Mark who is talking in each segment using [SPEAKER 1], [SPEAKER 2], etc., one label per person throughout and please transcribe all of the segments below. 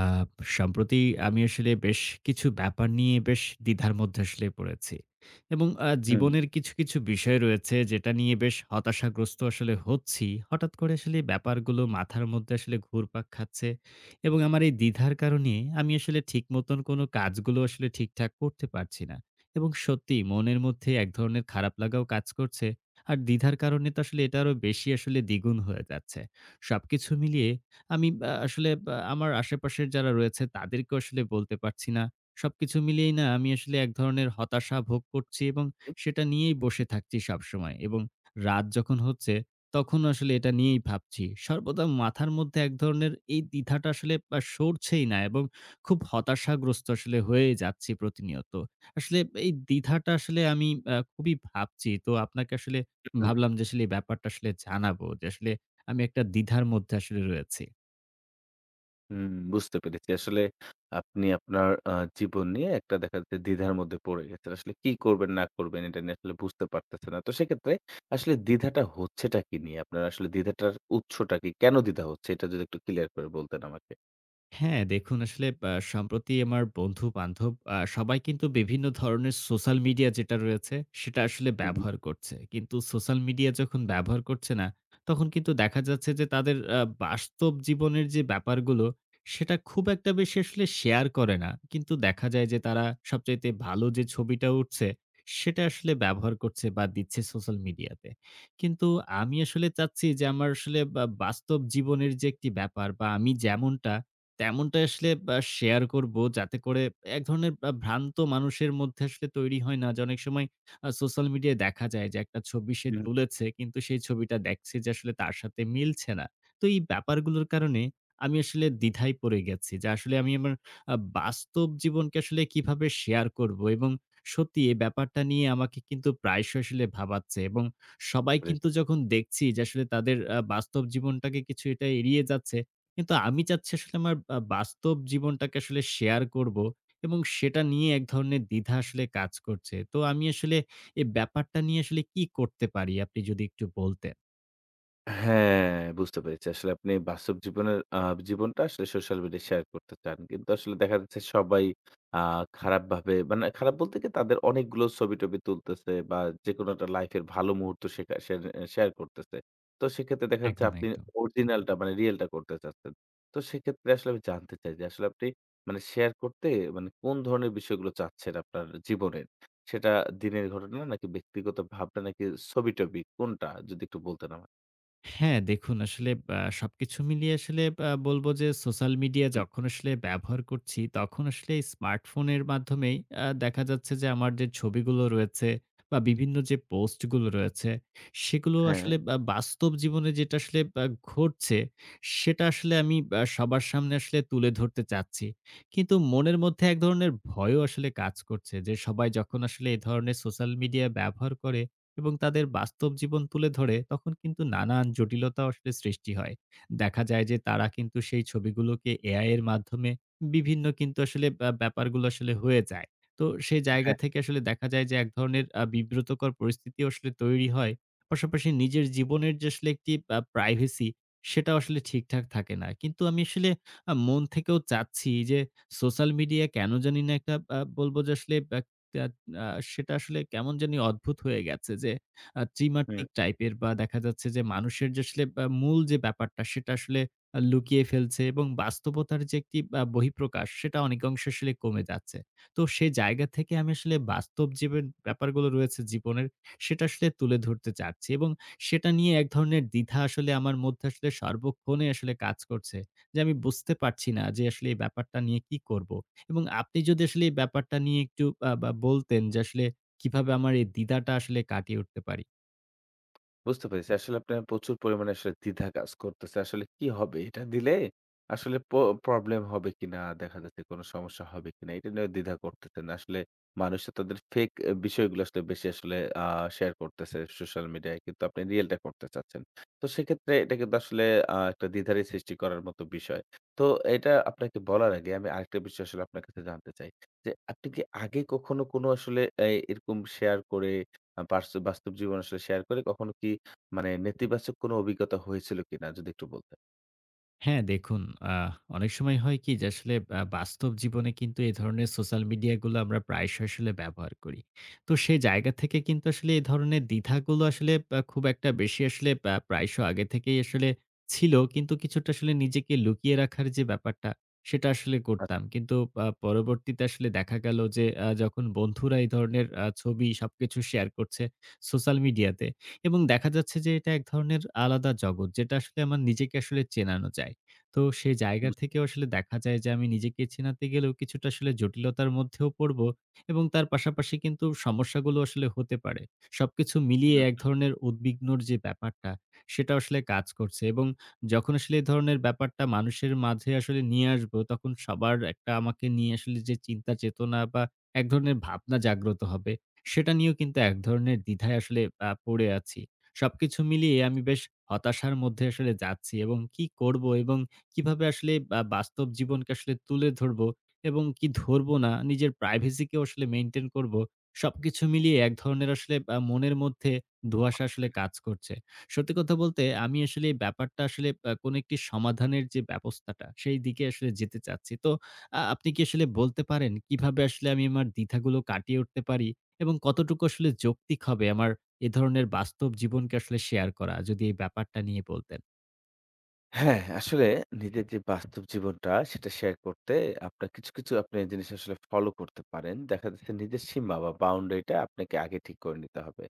[SPEAKER 1] আ সম্প্রতি আমি আসলে বেশ কিছু ব্যাপার নিয়ে বেশ দ্বিধার মধ্যে আসলে পড়েছি। এবং
[SPEAKER 2] হুম,
[SPEAKER 1] জীবনের কিছু, কিছু বিষয় রয়েছে যেটা নিয়ে বেশ হতাশাগ্রস্ত আসলে হচ্ছি। হঠাৎ করে আসলে ব্যাপারগুলো মাথার মধ্যে আসলে ঘুরপাক খাচ্ছে। এবং আমার এই দ্বিধার কারণে আমি আসলে ঠিক মতন কোনো কাজগুলো আসলে ঠিকঠাক করতে পারছি না। এবং সত্যিই মনের মধ্যে এক ধরনের খারাপ লাগাও কাজ করছে। আর দ্বিধার কারণে তো আসলে এটা আরো বেশি আসলে দ্বিগুণ হয়ে যাচ্ছে। সবকিছু মিলিয়ে আমি আসলে আমার আশেপাশের যারা রয়েছে তাদেরকেও আসলে বলতে পারছি না। সবকিছু মিলিয়েই না আমি আসলে এক ধরনের হতাশা ভোগ করছি এবং সেটা নিয়েই বসে থাকছি সবসময় এবং রাত যখন হচ্ছে তখনও আসলে এটা নিয়েই ভাবছি। সর্বদা মাথার মধ্যে এক ধরনের এই দ্বিধাটা আসলে সরছেই না এবং খুব হতাশাগ্রস্ত আসলে হয়ে যাচ্ছি প্রতিনিয়ত। আসলে এই দ্বিধাটা আসলে আমি খুবই ভাবছি। তো আপনাকে আসলে ভাবলাম যে আসলে এই ব্যাপারটা আসলে জানাবো যে আসলে আমি একটা দ্বিধার মধ্যে আসলে রয়েছি।
[SPEAKER 2] হুম, বুঝতে পেরেছি। আসলে আপনি আপনার জীবন নিয়ে একটা দেখা যাচ্ছে দ্বিধার মধ্যে পড়ে গেছেন। আসলে কি করবেন না করবেন এটা নিয়ে আসলে বুঝতে পারতেছেন না। তো সেক্ষেত্রে আসলে দ্বিধাটা হচ্ছেটা কি নিয়ে? আপনার আসলে দ্বিধাটার উৎসটা কি? কেন দ্বিধা হচ্ছে? এটা যদি একটু ক্লিয়ার করে বলতেন আমাকে।
[SPEAKER 1] হ্যাঁ, দেখুন আসলে সম্প্রতি আমার বন্ধু-বান্ধব সবাই কিন্তু বিভিন্ন ধরনের সোশ্যাল মিডিয়া যেটা রয়েছে, সেটা আসলে
[SPEAKER 2] হুম, হুম,
[SPEAKER 1] ব্যবহার করছে। কিন্তু সোশ্যাল মিডিয়া যখন ব্যবহার করছে না, তখন কিন্তু দেখা যাচ্ছে যে তাদের বাস্তব জীবনের যে ব্যাপারগুলো, সেটা খুব একটা বেশি আসলে শেয়ার করে না। কিন্তু দেখা যায় যে তারা সবচাইতে ভালো যে ছবিটা উঠছে, সেটা আসলে ব্যবহার করছে বা দিচ্ছে সোশ্যাল মিডিয়াতে। কিন্তু আমি আসলে চাচ্ছি যে আমার আসলে বা বাস্তব জীবনের যে একটি ব্যাপার বা আমি যেমনটা তেমনটা আসলে শেয়ার করব যাতে করে এক ধরনের ভ্রান্ত মানুষের মধ্যে আসলে তৈরি হয় না যে অনেক সময় সোশ্যাল মিডিয়ায় দেখা যায় যে একটা ছবি সে
[SPEAKER 2] হুম,
[SPEAKER 1] তুলেছে কিন্তু সেই ছবিটা দেখছে যে আসলে তার সাথে মিলছে না। তো এই ব্যাপারগুলোর কারণে আমি আসলে দ্বিধায় পড়ে গেছি যে আসলে আমি আমার বাস্তব জীবনকে আসলে কিভাবে শেয়ার করব এবং সত্যি এই ব্যাপারটা নিয়ে আমাকে কিন্তু প্রায়শই আসলে ভাবাচ্ছে এবং
[SPEAKER 2] বুঝতে
[SPEAKER 1] সবাই
[SPEAKER 2] পেরেছি।
[SPEAKER 1] কিন্তু যখন দেখছি যে আসলে তাদের বাস্তব জীবনটাকে কিছুটা এড়িয়ে যাচ্ছে কিন্তু আমি চাচ্ছি আসলে আমার বাস্তব জীবনটাকে আসলে শেয়ার করব এবং সেটা নিয়ে এক ধরনের দ্বিধা আসলে কাজ করছে। তো আমি আসলে এই ব্যাপারটা নিয়ে আসলে কি করতে পারি? আপনি যদি একটু বলতেন।
[SPEAKER 2] হ্যাঁ, বুঝতে পেরেছি। আসলে আপনি বাস্তব জীবনের জীবনটা আসলে সোশ্যাল মিডিয়ায় শেয়ার করতে চান। কিন্তু আসলে দেখা যাচ্ছে সবাই আ খারাপভাবে মানে খারাপ বলতে কি তাদের অনেকগুলো ছবি-টবি তুলতেছে বা যেকোনো একটা লাইফের ভালো মুহূর্ত শেখা শের শেয়ার করতেছে। তো সেক্ষেত্রে দেখা যাচ্ছে
[SPEAKER 1] একদম,
[SPEAKER 2] আপনি
[SPEAKER 1] একদম।
[SPEAKER 2] অরিজিনালটা মানে রিয়ালটা করতে চাচ্ছেন। তো সেক্ষেত্রে আসলে আমি জানতে চাই যে আসলে আপনি মানে শেয়ার করতে মানে কোন ধরনের বিষয়গুলো চাচ্ছেন আপনার জীবনের? সেটা দিনের ঘটনা নাকি ব্যক্তিগত ভাবনা নাকি ছবি-টবি কোনটা? যদি একটু বলতেন আমায়।
[SPEAKER 1] হ্যাঁ, দেখুন আসলে সবকিছু মিলিয়ে আসলে বলব যে সোশ্যাল মিডিয়া যখন আসলে ব্যবহার করছি, তখন আসলে স্মার্টফোনের মাধ্যমেই দেখা যাচ্ছে যে আমার যে ছবিগুলো রয়েছে বা বিভিন্ন যে পোস্টগুলো রয়েছে, সেগুলো
[SPEAKER 2] হ্যাঁ,
[SPEAKER 1] আসলে বা বাস্তব জীবনে যেটা আসলে ঘটছে, সেটা আসলে আমি সবার সামনে আসলে তুলে ধরতে চাচ্ছি। কিন্তু মনের মধ্যে এক ধরনের ভয়ও আসলে কাজ করছে যে সবাই যখন আসলে এ ধরনের সোশ্যাল মিডিয়া ব্যবহার করে এবং তাদের বাস্তব জীবন তুলে ধরে তখন কিন্তু নানান জটিলতা আসলে সৃষ্টি হয়। দেখা যায় যে তারা কিন্তু সেই ছবিগুলোকে এআই এর মাধ্যমে বিভিন্ন কিন্তু আসলে ব্যাপারগুলো আসলে হয়ে যায়। তো সেই জায়গা
[SPEAKER 2] হ্যাঁ,
[SPEAKER 1] থেকে আসলে দেখা যায় যে এক ধরনের বিব্রতকর পরিস্থিতি আসলে তৈরি হয়। পাশাপাশি নিজের জীবনের যে আসলে একটি প্রাইভেসি সেটাও আসলে ঠিকঠাক থাকে না। কিন্তু আমি আসলে মন থেকেও চাচ্ছি যে সোশ্যাল মিডিয়া কেন জানি না একটা বলব যে আসলে ব্যা আ সেটা আসলে কেমন জানি অদ্ভুত হয়ে গেছে যে
[SPEAKER 2] হু।
[SPEAKER 1] ত্রিমাত্রিক টাইপের বা দেখা যাচ্ছে যে মানুষের যে আসলে মূল যে ব্যাপারটা সেটা আসলে লুকিয়ে ফেলছে এবং বাস্তবতার যে একটি বহিঃপ্রকাশ সেটা অনেকাংশে আসলে কমে যাচ্ছে। তো সেই জায়গা থেকে আমি আসলে বাস্তব জীবের ব্যাপারগুলো রয়েছে জীবনের সেটা আসলে তুলে ধরতে চাচ্ছি এবং সেটা নিয়ে এক ধরনের দ্বিধা আসলে আমার মধ্যে আসলে সর্বক্ষণে আসলে কাজ করছে। যে আমি বুঝতে পারছি না যে আসলে এই ব্যাপারটা নিয়ে কি করব? এবং আপনি যদি আসলে এই ব্যাপারটা নিয়ে একটু বা বলতেন যে আসলে কিভাবে আমার এই দ্বিধাটা আসলে কাটিয়ে উঠতে পারি?
[SPEAKER 2] বুঝতে পেরেছি। আসলে আপনার প্রচুর পরিমাণে আসলে দ্বিধা কাজ করতেছে। আসলে কি হবে? এটা দিলে আসলে প্রবলেম হবে কিনা? দেখা যাচ্ছে কোনো সমস্যা হবে কিনা? এটা নিয়েও দ্বিধা করতেছেন। আসলে মানুষ তো তাদের ফেক এ বিষয়গুলো আসলে বেশি আসলে আ শেয়ার করতেছে সোশ্যাল মিডিয়ায়। কিন্তু আপনি রিয়েলটা করতে চাচ্ছেন। তো সেক্ষেত্রে এটা কিন্তু আসলে একটা দ্বিধারই সৃষ্টি করার মতো বিষয়। তো এটা আপনাকে বলার আগে আমি আরেকটা বিষয় আসলে আপনার কাছে জানতে চাই। যে আপনি কি আগে কখনো কোনো আসলে এরকম শেয়ার করে বাস্তব জীবন আসলে শেয়ার করে কখনো কি মানে নেতিবাচক কোনো অভিজ্ঞতা হয়েছিল কিনা যদি একটু বলতেন?
[SPEAKER 1] হ্যাঁ, দেখুন আ অনেক সময় হয় কি যে আসলে বাস্তব জীবনে কিন্তু এ ধরনের সোশ্যাল মিডিয়াগুলো আমরা প্রায়শই আসলে ব্যবহার করি। তো সেই জায়গা থেকে কিন্তু আসলে এ ধরনের দ্বিধাগুলো আসলে খুব একটা বেশি আসলে প্রায়শই আগে থেকেই আসলে ছিল। কিন্তু কিছুটা আসলে নিজেকে লুকিয়ে রাখার যে ব্যাপারটা, সেটা আসলে
[SPEAKER 2] আচ্ছা
[SPEAKER 1] করতাম। কিন্তু পরবর্তীতে আসলে দেখা গেল যে যখন বন্ধুরা এই ধরনের ছবি সবকিছু শেয়ার করছে সোশ্যাল মিডিয়াতে এবং দেখা যাচ্ছে যে এটা এক ধরনের আলাদা জগৎ যেটা আসলে আমার নিজেকে আসলে চেনানো যায়। তো সে জায়গা
[SPEAKER 2] বুঝ
[SPEAKER 1] থেকেও আসলে দেখা যায় যে আমি নিজেকে চেনাতে গেলেও কিছুটা আসলে জটিলতার মধ্যেও পড়বো এবং তার পাশাপাশি কিন্তু সমস্যাগুলো আসলে হতে পারে। সবকিছু মিলিয়ে এক ধরনের উদ্বিগ্নর যে ব্যাপারটা, সেটা আসলে কাজ করছে এবং যখন আসলে এই ধরনের ব্যাপারটা মানুষের মাঝে আসলে নিয়ে আসবো, তখন সবার একটা আমাকে নিয়ে আসলে যে চিন্তা চেতনা বা এক ধরনের ভাবনা জাগ্রত হবে, সেটা নিয়েও কিন্তু এক ধরনের দ্বিধায় আসলে পড়ে আছি। সবকিছু মিলিয়ে আমি বেশ হতাশার মধ্যে আসলে যাচ্ছি এবং কি করব এবং কিভাবে আসলে বাস্তব জীবনকে আসলে তুলে ধরবো এবং কি ধরবো না, নিজের প্রাইভেসি কেও আসলে মেইনটেইন করবো। সবকিছু মিলিয়ে এক ধরনের আসলে মনের মধ্যে ধোঁয়াশা আসলে কাজ করছে। সত্যি কথা বলতে আমি আসলে এই ব্যাপারটা আসলে কোনো একটি সমাধানের যে ব্যবস্থাটা, সেই দিকে আসলে যেতে চাচ্ছি। তো আপনি কি আসলে বলতে পারেন কিভাবে আসলে আমি আমার দ্বিধাগুলো কাটিয়ে উঠতে পারি এবং কতটুকু আসলে যৌক্তিক হবে আমার এ ধরনের বাস্তব জীবনকে আসলে শেয়ার করা? যদি এই ব্যাপারটা নিয়ে বলতেন।
[SPEAKER 2] হ্যাঁ, আসলে নিজের যে বাস্তব জীবনটা সেটা শেয়ার করতে আপনার কিছু, কিছু আপনি জিনিস আসলে ফলো করতে পারেন। দেখা যাচ্ছে নিজের সীমা বা বাউন্ডারিটা আপনাকে আগে ঠিক করে নিতে হবে।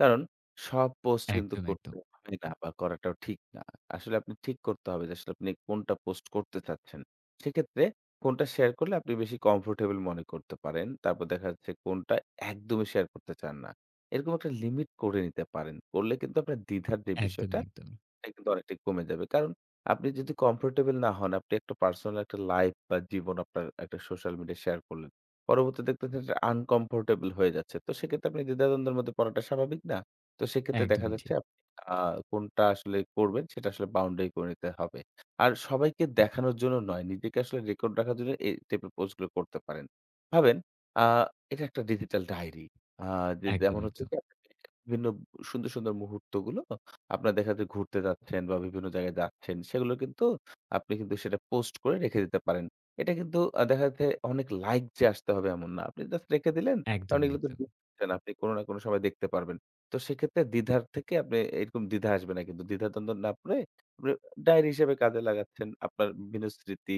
[SPEAKER 2] কারণ সব পোস্ট কিন্তু
[SPEAKER 1] একদম,
[SPEAKER 2] করতে
[SPEAKER 1] একদম।
[SPEAKER 2] হয় না বা করাটাও ঠিক না। আসলে আপনি ঠিক করতে হবে যে আসলে আপনি কোনটা পোস্ট করতে চাচ্ছেন। সেক্ষেত্রে কোনটা শেয়ার করলে আপনি বেশি কমফোর্টেবল মনে করতে পারেন। তারপর দেখা যাচ্ছে কোনটা একদমই শেয়ার করতে চান না। এরকম একটা লিমিট করে নিতে পারেন। করলে কিন্তু আপনার দ্বিধার যে বিষয়টা
[SPEAKER 1] একদমই, একদমই।
[SPEAKER 2] এটা কিন্তু অনেকটাই কমে যাবে। কারণ আপনি যদি কমফোর্টেবল না হন, আপনি একটা পার্সোনাল একটা লাইফ বা জীবন আপনার একটা সোশ্যাল মিডিয়ায় শেয়ার করলেন। পরবর্তীতে দেখতেছেন যে আনকমফোর্টেবল হয়ে যাচ্ছে। তো সেক্ষেত্রে আপনি দ্বিধাদ্বন্দ্বের মধ্যে পড়াটা স্বাভাবিক না। তো সেক্ষেত্রে দেখা
[SPEAKER 1] একদমই
[SPEAKER 2] যাচ্ছে
[SPEAKER 1] ঠিক।
[SPEAKER 2] আপনি আ কোনটা আসলে করবেন সেটা আসলে বাউন্ডারি করে নিতে হবে। আর সবাইকে দেখানোর জন্য নয়, নিজেকে আসলে রেকর্ড রাখার জন্য এই টাইপের পোস্ট গুলো করতে পারেন। ভাবেন আ এটা একটা ডিজিটাল ডায়েরি। আ যে
[SPEAKER 1] একদম,
[SPEAKER 2] যেমন হচ্ছে
[SPEAKER 1] একদম।
[SPEAKER 2] কি আপনি বিভিন্ন সুন্দর, সুন্দর মুহূর্তগুলো আপনার দেখা যায় ঘুরতে যাচ্ছেন বা বিভিন্ন জায়গায় যাচ্ছেন, সেগুলো কিন্তু আপনি কিন্তু সেটা পোস্ট করে রেখে দিতে পারেন। এটা কিন্তু দেখা যাচ্ছে অনেক লাইক যে আসতে হবে এমন না। আপনি জাস্ট রেখে দিলেন। কারণ
[SPEAKER 1] একদমই,
[SPEAKER 2] এগুলো তো
[SPEAKER 1] একদম।
[SPEAKER 2] দেখছেন, আপনি কোনো না কোনো সময় দেখতে পারবেন। তো সেক্ষেত্রে দ্বিধার থেকে আপনি এরকম দ্বিধা আসবে না কিন্তু। দ্বিধাদ্বন্দ্ব না পড়ে আপনি ডায়েরি হিসেবে কাজে লাগাচ্ছেন। আপনার বিভিন্ন স্মৃতি,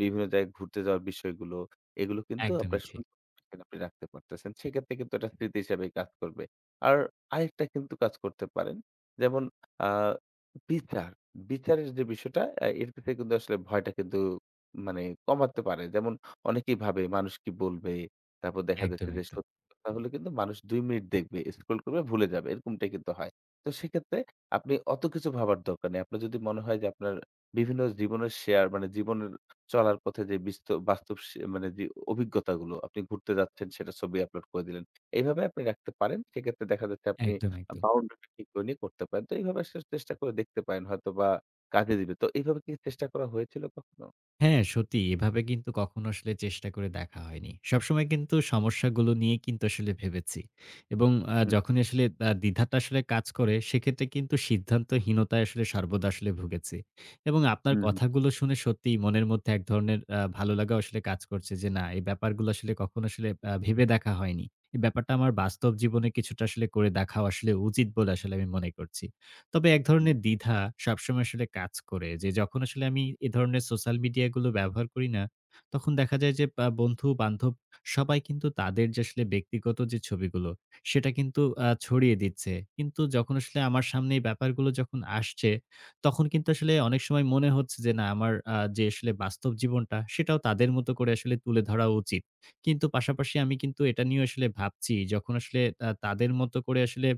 [SPEAKER 2] বিভিন্ন জায়গায় ঘুরতে যাওয়ার বিষয়গুলো, এগুলো কিন্তু
[SPEAKER 1] একদমই
[SPEAKER 2] আপনার
[SPEAKER 1] ঠিক।
[SPEAKER 2] সুন্দর করে আপনি রাখতে পারতেছেন। সেক্ষেত্রে কিন্তু এটা স্মৃতি হিসেবে কাজ করবে। আর আরেকটা কিন্তু কাজ করতে পারেন। যেমন আ বিচার, বিচারের যে বিষয়টা এর থেকে কিন্তু আসলে ভয়টা কিন্তু মানে কমাতে পারে। যেমন অনেকেই ভাবে মানুষ কি বলবে? তারপর দেখা
[SPEAKER 1] একদম,
[SPEAKER 2] যাচ্ছে যে
[SPEAKER 1] একদম।
[SPEAKER 2] সত্যি কথা হলে কিন্তু মানুষ ২ মিনিট দেখবে, স্ক্রল করবে ভুলে যাবে। এরকমটাই কিন্তু হয়। তো সেক্ষেত্রে আপনি অত কিছু ভাবার দরকার নেই। আপনার যদি মনে হয় যে আপনার বিভিন্ন জীবনের শেয়ার মানে জীবনের চলার পথে যে বাস্তব সে মানে যে অভিজ্ঞতাগুলো আপনি ঘুরতে যাচ্ছেন সেটা ছবি আপলোড করে দিলেন। এভাবে আপনি রাখতে পারেন। সেক্ষেত্রে দেখা যাচ্ছে আপনি
[SPEAKER 1] একদম, একদম।
[SPEAKER 2] বাউন্ডারিটা ঠিক করে নিয়ে করতে পারেন। তো এইভাবে আসলে চেষ্টা করে দেখতে পারেন হয়তোবা কাজে দিবে। তো এইভাবে কি চেষ্টা করা হয়েছিল কখনো?
[SPEAKER 1] হ্যাঁ, সত্যি এভাবে কিন্তু কখনো আসলে চেষ্টা করে দেখা হয়নি। সবসময় কিন্তু সমস্যাগুলো নিয়ে কিন্তু আসলে ভেবেছি। এবং
[SPEAKER 2] হুম,
[SPEAKER 1] যখনই আসলে দ্বিধাটা আসলে কাজ করে সেক্ষেত্রে কিন্তু সিদ্ধান্তহীনতায় আসলে সর্বদা আসলে ভুগেছি। এবং আপনার
[SPEAKER 2] হুম,
[SPEAKER 1] কথাগুলো শুনে সত্যিই মনের মধ্যে এক ধরনের ভালো লাগা আসলে কাজ করছে যে না এই ব্যাপারগুলো আসলে কখনো আসলে ভেবে দেখা হয়নি। এই ব্যাপারটা আমার বাস্তব জীবনে কিছুটা আসলে করে দেখাও আসলে উচিত বলে আসলে আমি মনে করছি। তবে এক
[SPEAKER 2] হুম।
[SPEAKER 1] ধরনের দ্বিধা সবসময় আসলে কাজ করে যে যখন আসলে আমি এ ধরনের সোশ্যাল মিডিয়াগুলো ব্যবহার করি না, তখন দেখা যায় যে বন্ধু-বান্ধব সবাই কিন্তু তাদের যে আসলে ব্যক্তিগত যে ছবিগুলো, সেটা কিন্তু ছড়িয়ে দিচ্ছে। কিন্তু যখন আসলে আমার সামনে এই ব্যাপারগুলো যখন আসছে, তখন কিন্তু আসলে অনেক সময় মনে হচ্ছে যে না আমার যে আসলে বাস্তব জীবনটা, সেটাও তাদের মতো করে আসলে তুলে ধরা উচিত। কিন্তু পাশাপাশি আমি কিন্তু এটা নিয়েও আসলে ভাবছি যখন আসলে তাদের মতো করে আসলে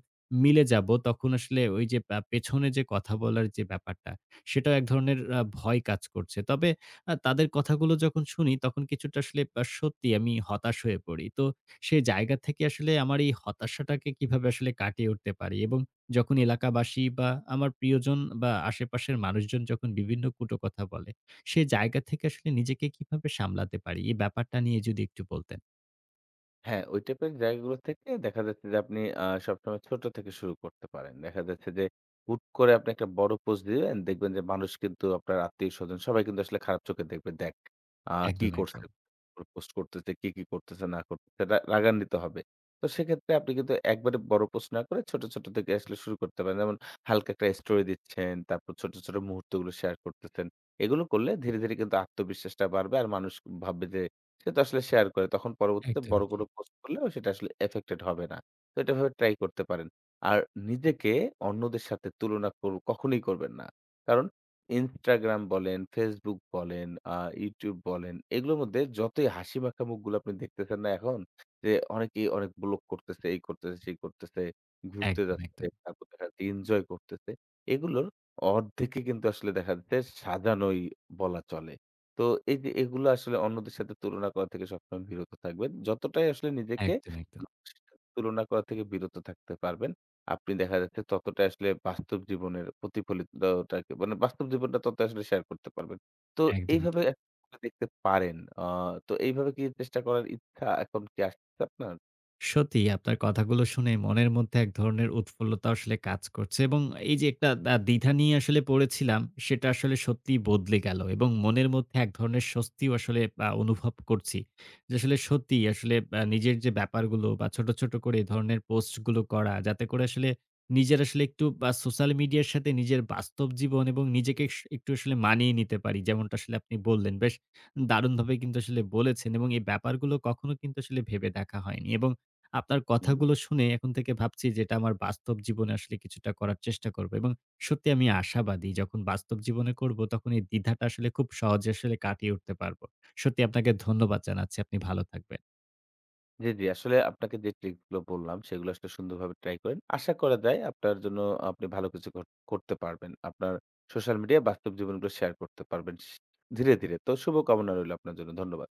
[SPEAKER 1] মিলে যাব, তখন আসলে ওই যে পেছনে যে কথা বলার যে ব্যাপারটা, সেটাও এক ধরনের ভয় কাজ করছে। তবে তাদের কথাগুলো যখন শুনি, তখন কিছুটা আসলে সত্যিই আমি হতাশ হয়ে পড়ি। তো সে জায়গা থেকে আসলে আমার এই হতাশাটাকে কিভাবে আসলে কাটিয়ে উঠতে পারি? এবং যখন এলাকাবাসী বা আমার প্রিয়জন বা আশেপাশের মানুষজন যখন বিভিন্ন কটু কথা বলে, সে জায়গা থেকে আসলে নিজেকে কিভাবে সামলাতে পারি? এই ব্যাপারটা নিয়ে যদি একটু বলতেন।
[SPEAKER 2] হ্যাঁ, ওই টাইপের জায়গাগুলো থেকে দেখা যাচ্ছে যে আপনি সবসময় ছোট থেকে শুরু করতে পারেন। দেখা যাচ্ছে যে হুট করে আপনি একটা বড় পোস্ট দিলেন, দেখবেন যে মানুষ কিন্তু আপনার আত্মীয়স্বজন সবাই কিন্তু আসলে খারাপ চোখে দেখবে। আ কি
[SPEAKER 1] একদম,
[SPEAKER 2] করছে,
[SPEAKER 1] একদম।
[SPEAKER 2] পোস্ট করতেছে, কি, কি করতেছে না করতেছে রাগান্বিত হবে। তো সেক্ষেত্রে আপনি কিন্তু একবারে বড় পোস্ট না করে ছোট, ছোট থেকে আসলে শুরু করতে পারেন। যেমন হালকা একটা স্টোরি দিচ্ছেন, তারপর ছোট, ছোট মুহূর্তগুলো শেয়ার করতেছেন। এগুলো করলে ধীরে, ধীরে কিন্তু আত্মবিশ্বাসটা বাড়বে। আর মানুষ ভাববে যে সে তো আসলে শেয়ার করে। তখন পরবর্তীতে বড়
[SPEAKER 1] একদমই
[SPEAKER 2] কোনো
[SPEAKER 1] ঠিক।
[SPEAKER 2] পোস্ট করলেও সেটা আসলে এফেক্টেড হবে না। তো এটা এভাবে ট্রাই করতে পারেন। আর নিজেকে অন্যদের সাথে তুলনা কর কখনোই করবেন না। কারণ Instagram বলেন, Facebook বলেন, আ YouTube বলেন, এগুলোর মধ্যে যতই হাসিমাখা মুখগুলো আপনি দেখতেছেন না এখন? যে অনেকেই অনেক ব্লগ করতেছে, এই করতেছে, সেই করতেছে, ঘুরতে
[SPEAKER 1] একদম,
[SPEAKER 2] যাচ্ছে,
[SPEAKER 1] একদম।
[SPEAKER 2] তারপর দেখা যাচ্ছে এনজয় করতেছে। এগুলোর অর্ধেকই কিন্তু আসলে দেখা যাচ্ছে সাজানোই বলা চলে। তো এই যে এগুলো আসলে অন্যদের সাথে তুলনা করা থেকে সবসময় বিরত থাকবেন। যতটাই আসলে নিজেকে
[SPEAKER 1] একদম, একদম।
[SPEAKER 2] মানুষের সাথে তুলনা করা থেকে বিরত থাকতে পারবেন। আপনি দেখা যাচ্ছে ততটাই আসলে বাস্তব জীবনের প্রতিফলিতটাকে মানে বাস্তব জীবনটা তত আসলে শেয়ার করতে পারবেন। তো
[SPEAKER 1] একদমই
[SPEAKER 2] এইভাবে
[SPEAKER 1] ঠিক।
[SPEAKER 2] একটা দেখতে পারেন। তো এইভাবে কি চেষ্টা করার ইচ্ছা এখন কি আসতেছে আপনার?
[SPEAKER 1] সত্যিই আপনার কথাগুলো শুনে মনের মধ্যে এক ধরনের উৎফুল্লতা আসলে কাজ করছে এবং এই যে একটা দ্বিধা নিয়ে আসলে পড়েছিলাম, সেটা আসলে সত্যিই বদলে গেল এবং মনের মধ্যে এক ধরনের স্বস্তিও আসলে অনুভব করছি। যে আসলে সত্যিই আসলে নিজের যে ব্যাপারগুলো বা ছোট, ছোট করে এ ধরনের পোস্টগুলো করা, যাতে করে আসলে নিজের আসলে একটু সোশ্যাল মিডিয়ার সাথে নিজের বাস্তব জীবন এবং নিজেকে একটু আসলে মানিয়ে নিতে পারি। যেমনটা আসলে আপনি বললেন, বেশ দারুণভাবে কিন্তু আসলে বলেছেন এবং এই ব্যাপারগুলো কখনো কিন্তু আসলে ভেবে দেখা হয়নি এবং আপনার
[SPEAKER 2] হু।
[SPEAKER 1] কথাগুলো শুনে এখন থেকে ভাবছি যে এটা আমার বাস্তব জীবনে আসলে কিছুটা করার চেষ্টা করব এবং সত্যি আমি আশাবাদী যখন বাস্তব জীবনে করব তখন এই দ্বিধাটা আসলে খুব সহজে আসলে কাটিয়ে উঠতে পারবো। সত্যি আপনাকে ধন্যবাদ জানাচ্ছি। আপনি ভালো থাকবেন।
[SPEAKER 2] জি, জি। আসলে আপনাকে যে ট্রিক গুলো বললাম সেগুলো আসলে সুন্দরভাবে ট্রাই করেন। আশা করা যায় আপনার জন্য আপনি ভালো কিছু করতে পারবেন। আপনার সোশ্যাল মিডিয়ায় বাস্তব জীবনগুলো শেয়ার করতে পারবেন ধীরে, ধীরে। তো শুভকামনা রইল আপনার জন্য। ধন্যবাদ।